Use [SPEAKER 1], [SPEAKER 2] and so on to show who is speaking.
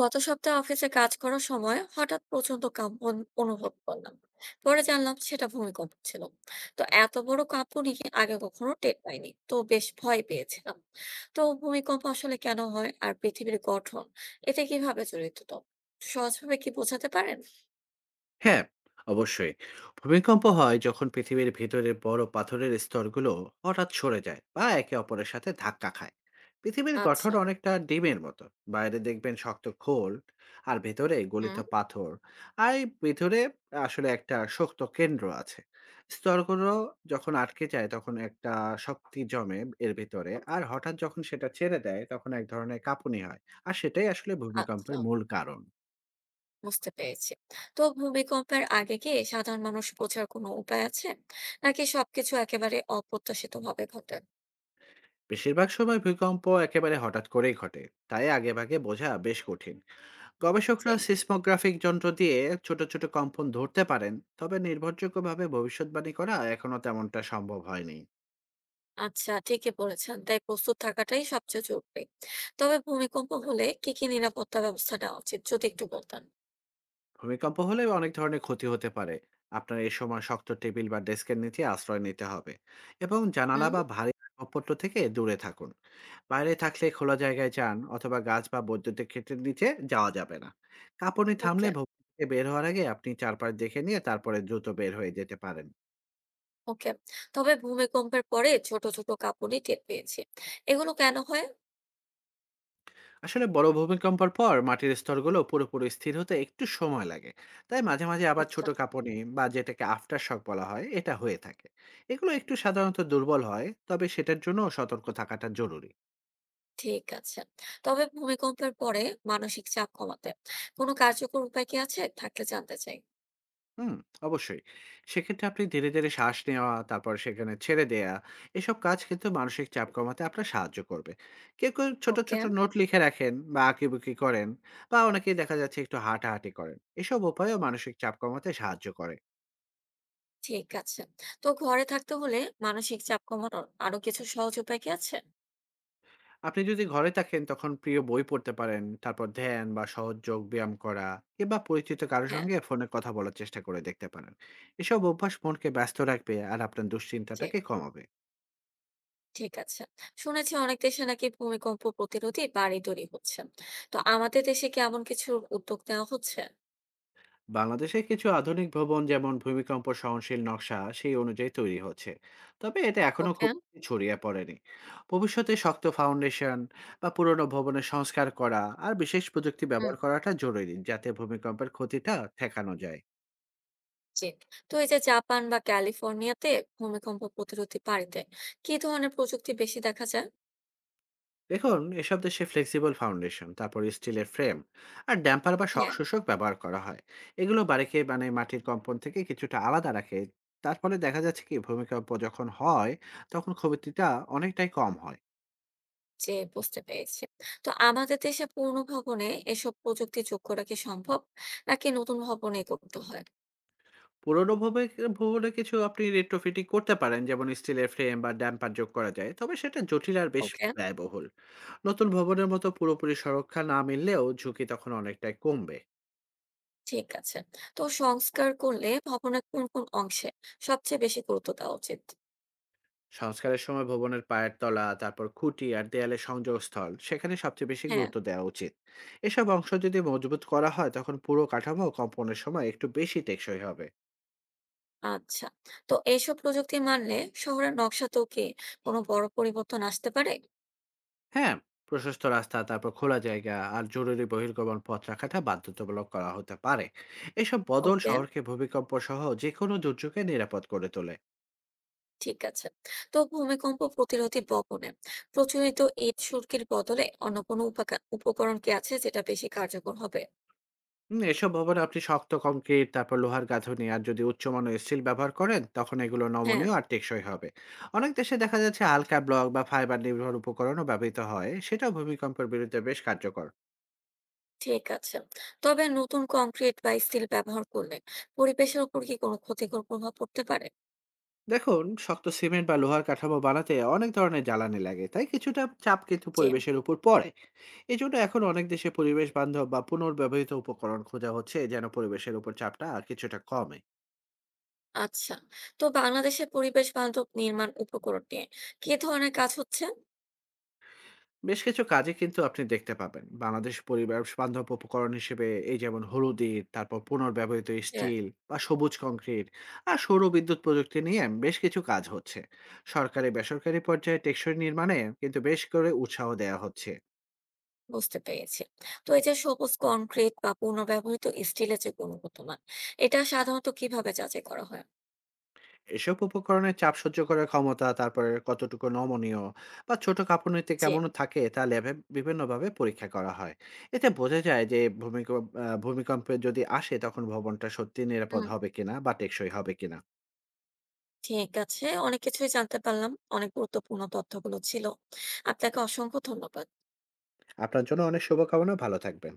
[SPEAKER 1] গত সপ্তাহে অফিসে কাজ করার সময় হঠাৎ প্রচন্ড কাঁপন অনুভব করলাম। পরে জানলাম সেটা ভূমিকম্প ছিল। তো এত বড় কাঁপুনি আগে কখনো টের পাইনি, তো বেশ ভয় পেয়েছিলাম। তো ভূমিকম্প আসলে কেন হয় আর পৃথিবীর গঠন এটা কিভাবে জড়িত, তো সহজভাবে কি বোঝাতে পারেন?
[SPEAKER 2] হ্যাঁ, অবশ্যই। ভূমিকম্প হয় যখন পৃথিবীর ভেতরে বড় পাথরের স্তরগুলো হঠাৎ সরে যায় বা একে অপরের সাথে ধাক্কা খায়। পৃথিবীর গঠন
[SPEAKER 1] আচ্ছা।
[SPEAKER 2] অনেকটা ডিমের মতো। বাইরে দেখবেন শক্ত খোল আর ভেতরে
[SPEAKER 1] হুম।
[SPEAKER 2] গলিত পাথর। আর এই ভেতরে আসলে একটা শক্ত কেন্দ্র আছে। স্তরগুলো যখন আটকে যায় তখন একটা শক্তি জমে এর ভেতরে। আর হঠাৎ যখন সেটা ছেড়ে দেয় তখন এক ধরনের কাঁপুনি হয়। আর সেটাই আসলে
[SPEAKER 1] আচ্ছা,
[SPEAKER 2] ভূমিকম্পের মূল কারণ।
[SPEAKER 1] বুঝতে পেরেছি। তো ভূমিকম্পের আগে কি সাধারণ মানুষ বোঝার কোনো উপায় আছে, নাকি সবকিছু একেবারে অপ্রত্যাশিত ভাবে ঘটে?
[SPEAKER 2] বেশিরভাগ সময় ভূকম্প একেবারে হঠাৎ করেই ঘটে, তাই আগেভাগে বোঝা বেশ কঠিন।
[SPEAKER 1] জি।
[SPEAKER 2] গবেষকরা সিসমোগ্রাফিক যন্ত্র দিয়ে ছোট ছোট কম্পন ধরতে পারেন, তবে নির্ভরযোগ্যভাবে ভবিষ্যৎবাণী করা এখনো তেমনটা সম্ভব হয়নি।
[SPEAKER 1] আচ্ছা, ঠিকই বলেছেন। তাই প্রস্তুত থাকাটাই সবচেয়ে জরুরি। তবে ভূমিকম্প হলে কি নিরাপত্তা ব্যবস্থা নেওয়া উচিত? যদি একটু বলতেন।
[SPEAKER 2] ভূমিকম্প হলে অনেক ধরনের ক্ষতি হতে পারে। আপনার এই সময় শক্ত টেবিল বা ডেস্কের নিচে আশ্রয় নিতে হবে এবং জানালা
[SPEAKER 1] হুম।
[SPEAKER 2] বা ভারী আসবাবপত্র থেকে দূরে থাকুন। বাইরে থাকলে খোলা জায়গায় যান, অথবা গাছ বা বৈদ্যুতিক ক্ষেত্রের নিচে যাওয়া যাবে না। কাঁপুনি থামলে
[SPEAKER 1] ওকে,
[SPEAKER 2] ভবন থেকে বের হওয়ার আগে আপনি চারপাশ দেখে নিয়ে তারপরে দ্রুত বের হয়ে যেতে পারেন।
[SPEAKER 1] ওকে। তবে ভূমিকম্পের পরে ছোট কাঁপুনি টের পেয়েছি। এগুলো কেন হয়?
[SPEAKER 2] আসলে বড় ভূমিকম্পের পর মাটির স্তরগুলো পুরোপুরি স্থির হতে একটু সময় লাগে, তাই মাঝে মাঝে আবার
[SPEAKER 1] আচ্ছা,
[SPEAKER 2] ছোট কাঁপুনি বা যেটাকে আফটার শক বলা হয় এটা হয়ে থাকে। এগুলো একটু সাধারণত দুর্বল হয়, তবে সেটার জন্য সতর্ক থাকাটা জরুরি।
[SPEAKER 1] ঠিক আছে। তবে ভূমিকম্পের পরে মানসিক চাপ কমাতে কোনো কার্যকর উপায় কি আছে? থাকলে জানতে চাই।
[SPEAKER 2] হুম অবশ্যই। সেক্ষেত্রে আপনি ধীরে ধীরে শ্বাস নেওয়া, তারপর সেখানে ছেড়ে দেয়া, এসব কাজ কিন্তু মানসিক চাপ কমাতে আপনার সাহায্য করবে। কেউ কেউ ছোট
[SPEAKER 1] ওকে,
[SPEAKER 2] ছোট নোট লিখে রাখেন বা আঁকিবুকি করেন, বা অনেকেই দেখা যাচ্ছে একটু হাঁটাহাঁটি করেন, এসব উপায়ও মানসিক চাপ কমাতে সাহায্য করে।
[SPEAKER 1] ঠিক আছে। তো ঘরে থাকতে হলে মানসিক চাপ কমানোর আরো কিছু সহজ উপায় কি আছে?
[SPEAKER 2] আপনি যদি ঘরে থাকেন তখন প্রিয় বই পড়তে পারেন, তারপর ধ্যান বা সহজ যোগ ব্যায়াম করা, কিংবা পরিচিত কারো
[SPEAKER 1] হ্যাঁ।
[SPEAKER 2] সঙ্গে ফোনে কথা বলার চেষ্টা করে দেখতে পারেন। এসব অভ্যাস মনকে ব্যস্ত রাখবে আর আপনার
[SPEAKER 1] জি।
[SPEAKER 2] দুশ্চিন্তাটাকে কমাবে।
[SPEAKER 1] ঠিক আছে। শুনেছি অনেক দেশে নাকি ভূমিকম্প প্রতিরোধী বাড়ি তৈরি হচ্ছে। তো আমাদের দেশে কি এমন কিছু উদ্যোগ নেওয়া হচ্ছে?
[SPEAKER 2] বাংলাদেশে কিছু আধুনিক ভবন যেমন ভূমিকম্প সহনশীল নকশা সেই অনুযায়ী তৈরি হচ্ছে, তবে এটা এখনো
[SPEAKER 1] ওকে।
[SPEAKER 2] খুব বেশি ছড়িয়ে পড়েনি। ভবিষ্যতে শক্ত ফাউন্ডেশন বা পুরনো ভবনের সংস্কার করা আর বিশেষ প্রযুক্তি
[SPEAKER 1] হুম,
[SPEAKER 2] ব্যবহার করাটা জরুরি, যাতে ভূমিকম্পের ক্ষতিটা ঠেকানো যায়।
[SPEAKER 1] জি। তো এই যে জাপান বা ক্যালিফোর্নিয়াতে ভূমিকম্প প্রতিরোধী বাড়িতে কি ধরনের প্রযুক্তি বেশি দেখা যায়?
[SPEAKER 2] দেখুন, এসব দেশে ফ্লেক্সিবল ফাউন্ডেশন, তারপর স্টিলের ফ্রেম আর ড্যাম্পার বা শক
[SPEAKER 1] হ্যাঁ,
[SPEAKER 2] শোষক ব্যবহার করা হয়। এগুলো বাড়িকে মানে মাটির কম্পন থেকে কিছুটা আলাদা রাখে। তার ফলে দেখা যাচ্ছে কি, ভূমিকম্প যখন হয় তখন ক্ষতিটা অনেকটাই কম হয়।
[SPEAKER 1] জি বুঝতে পেরেছি। তো আমাদের দেশে পুরনো ভবনে এসব প্রযুক্তি যোগ করা কি সম্ভব? নাকি নতুন ভবনে করতে হয়?
[SPEAKER 2] পুরোনো ভূমি- ভবনে কিছু আপনি রেট্রোফিটিং করতে পারেন, যেমন স্টিলের ফ্রেম বা ড্যাম্পার যোগ করা যায়, তবে সেটা জটিল আর বেশ
[SPEAKER 1] ওকে,
[SPEAKER 2] ব্যয়বহুল। নতুন ভবনের মতো পুরোপুরি সুরক্ষা না মিললেও ঝুঁকি তখন অনেকটাই কমবে।
[SPEAKER 1] ঠিক আছে। তো সংস্কার করলে ভবনের কোন কোন অংশে সবচেয়ে বেশি গুরুত্ব দেওয়া উচিত?
[SPEAKER 2] সংস্কারের সময় ভবনের পায়ের তলা, তারপর খুঁটি আর দেয়ালের সংযোগস্থল, সেখানে সবচেয়ে বেশি
[SPEAKER 1] হ্যাঁ।
[SPEAKER 2] গুরুত্ব দেওয়া উচিত। এসব অংশ যদি মজবুত করা হয় তখন পুরো কাঠামো কম্পনের সময় একটু বেশি টেকসই হবে।
[SPEAKER 1] আচ্ছা। তো এইসব প্রযুক্তি মানলে শহরের নকশাতেও কি কোনো বড় পরিবর্তন আসতে পারে?
[SPEAKER 2] হ্যাঁ, প্রশস্ত রাস্তা, তারপর খোলা জায়গা আর জরুরি বহির্গমন পথ রাখাটা বাধ্যতামূলক করা হতে পারে। এসব বদল
[SPEAKER 1] ওকে,
[SPEAKER 2] শহরকে ভূমিকম্প সহ যে কোনো দুর্যোগে নিরাপদ করে তোলে।
[SPEAKER 1] ঠিক আছে। তো ভূমিকম্প প্রতিরোধী ভবনে প্রচলিত ইট সুরকির বদলে অন্য কোনো উপকরণ কি আছে যেটা বেশি কার্যকর হবে?
[SPEAKER 2] এসব ভবনে আপনি শক্ত কংক্রিট, তারপর লোহার গাঁথুনি আর যদি উচ্চমানের স্টিল ব্যবহার করেন তখন এগুলো
[SPEAKER 1] হ্যাঁ,
[SPEAKER 2] নমনীয় আর টেকসই হবে। অনেক দেশে দেখা যাচ্ছে হালকা ব্লক বা ফাইবার নির্ভর উপকরণও ব্যবহৃত হয়, সেটাও ভূমিকম্পের বিরুদ্ধে বেশ কার্যকর।
[SPEAKER 1] ঠিক আছে। তবে নতুন কংক্রিট বা স্টিল ব্যবহার করলে পরিবেশের উপর কি কোনো ক্ষতিকর প্রভাব পড়তে পারে?
[SPEAKER 2] দেখুন, শক্ত সিমেন্ট বা লোহার কাঠামো বানাতে অনেক ধরনের জ্বালানি লাগে, তাই কিছুটা চাপ কিন্তু
[SPEAKER 1] যে।
[SPEAKER 2] পরিবেশের উপর পড়ে। এই জন্য এখন অনেক দেশে পরিবেশ বান্ধব বা পুনর্ব্যবহৃত উপকরণ খোঁজা হচ্ছে, যেন পরিবেশের উপর চাপটা কিছুটা কমে।
[SPEAKER 1] আচ্ছা। তো বাংলাদেশে পরিবেশ বান্ধব নির্মাণ উপকরণ নিয়ে কি ধরনের কাজ হচ্ছে?
[SPEAKER 2] বেশ কিছু কাজে কিন্তু আপনি দেখতে পাবেন বাংলাদেশ পরিবার বান্ধব উপকরণ হিসেবে, এই যেমন হলুদির, তারপর পুনর্ব্যবহৃত
[SPEAKER 1] হ্যাঁ।
[SPEAKER 2] স্টিল বা সবুজ কংক্রিট আর সৌর বিদ্যুৎ প্রযুক্তি নিয়ে বেশ কিছু কাজ হচ্ছে। সরকারি বেসরকারি পর্যায়ে টেকসই নির্মাণে কিন্তু বেশ করে উৎসাহ দেওয়া হচ্ছে।
[SPEAKER 1] বুঝতে পেরেছি। তো এই যে সবুজ কনক্রিট বা পুনর্ব্যবহৃত স্টিলের যে গুণগত মান এটা সাধারণত কিভাবে যাচাই করা হয়?
[SPEAKER 2] এসব উপকরণের চাপ সহ্য করার ক্ষমতা, তারপরে কতটুকু নমনীয় বা ছোট কাঁপুনিতে
[SPEAKER 1] যে।
[SPEAKER 2] কেমন থাকে তা ল্যাবে বিভিন্নভাবে পরীক্ষা করা হয়। এতে বোঝা যায় যে ভূমিকম্পে যদি আসে তখন ভবনটা সত্যিই নিরাপদ
[SPEAKER 1] হুম,
[SPEAKER 2] হবে কিনা বা টেকসই হবে কিনা।
[SPEAKER 1] ঠিক আছে, অনেক কিছুই জানতে পারলাম। অনেক গুরুত্বপূর্ণ তথ্যগুলো ছিল। আপনাকে অসংখ্য ধন্যবাদ।
[SPEAKER 2] আপনার জন্য অনেক শুভকামনা, ভালো থাকবেন।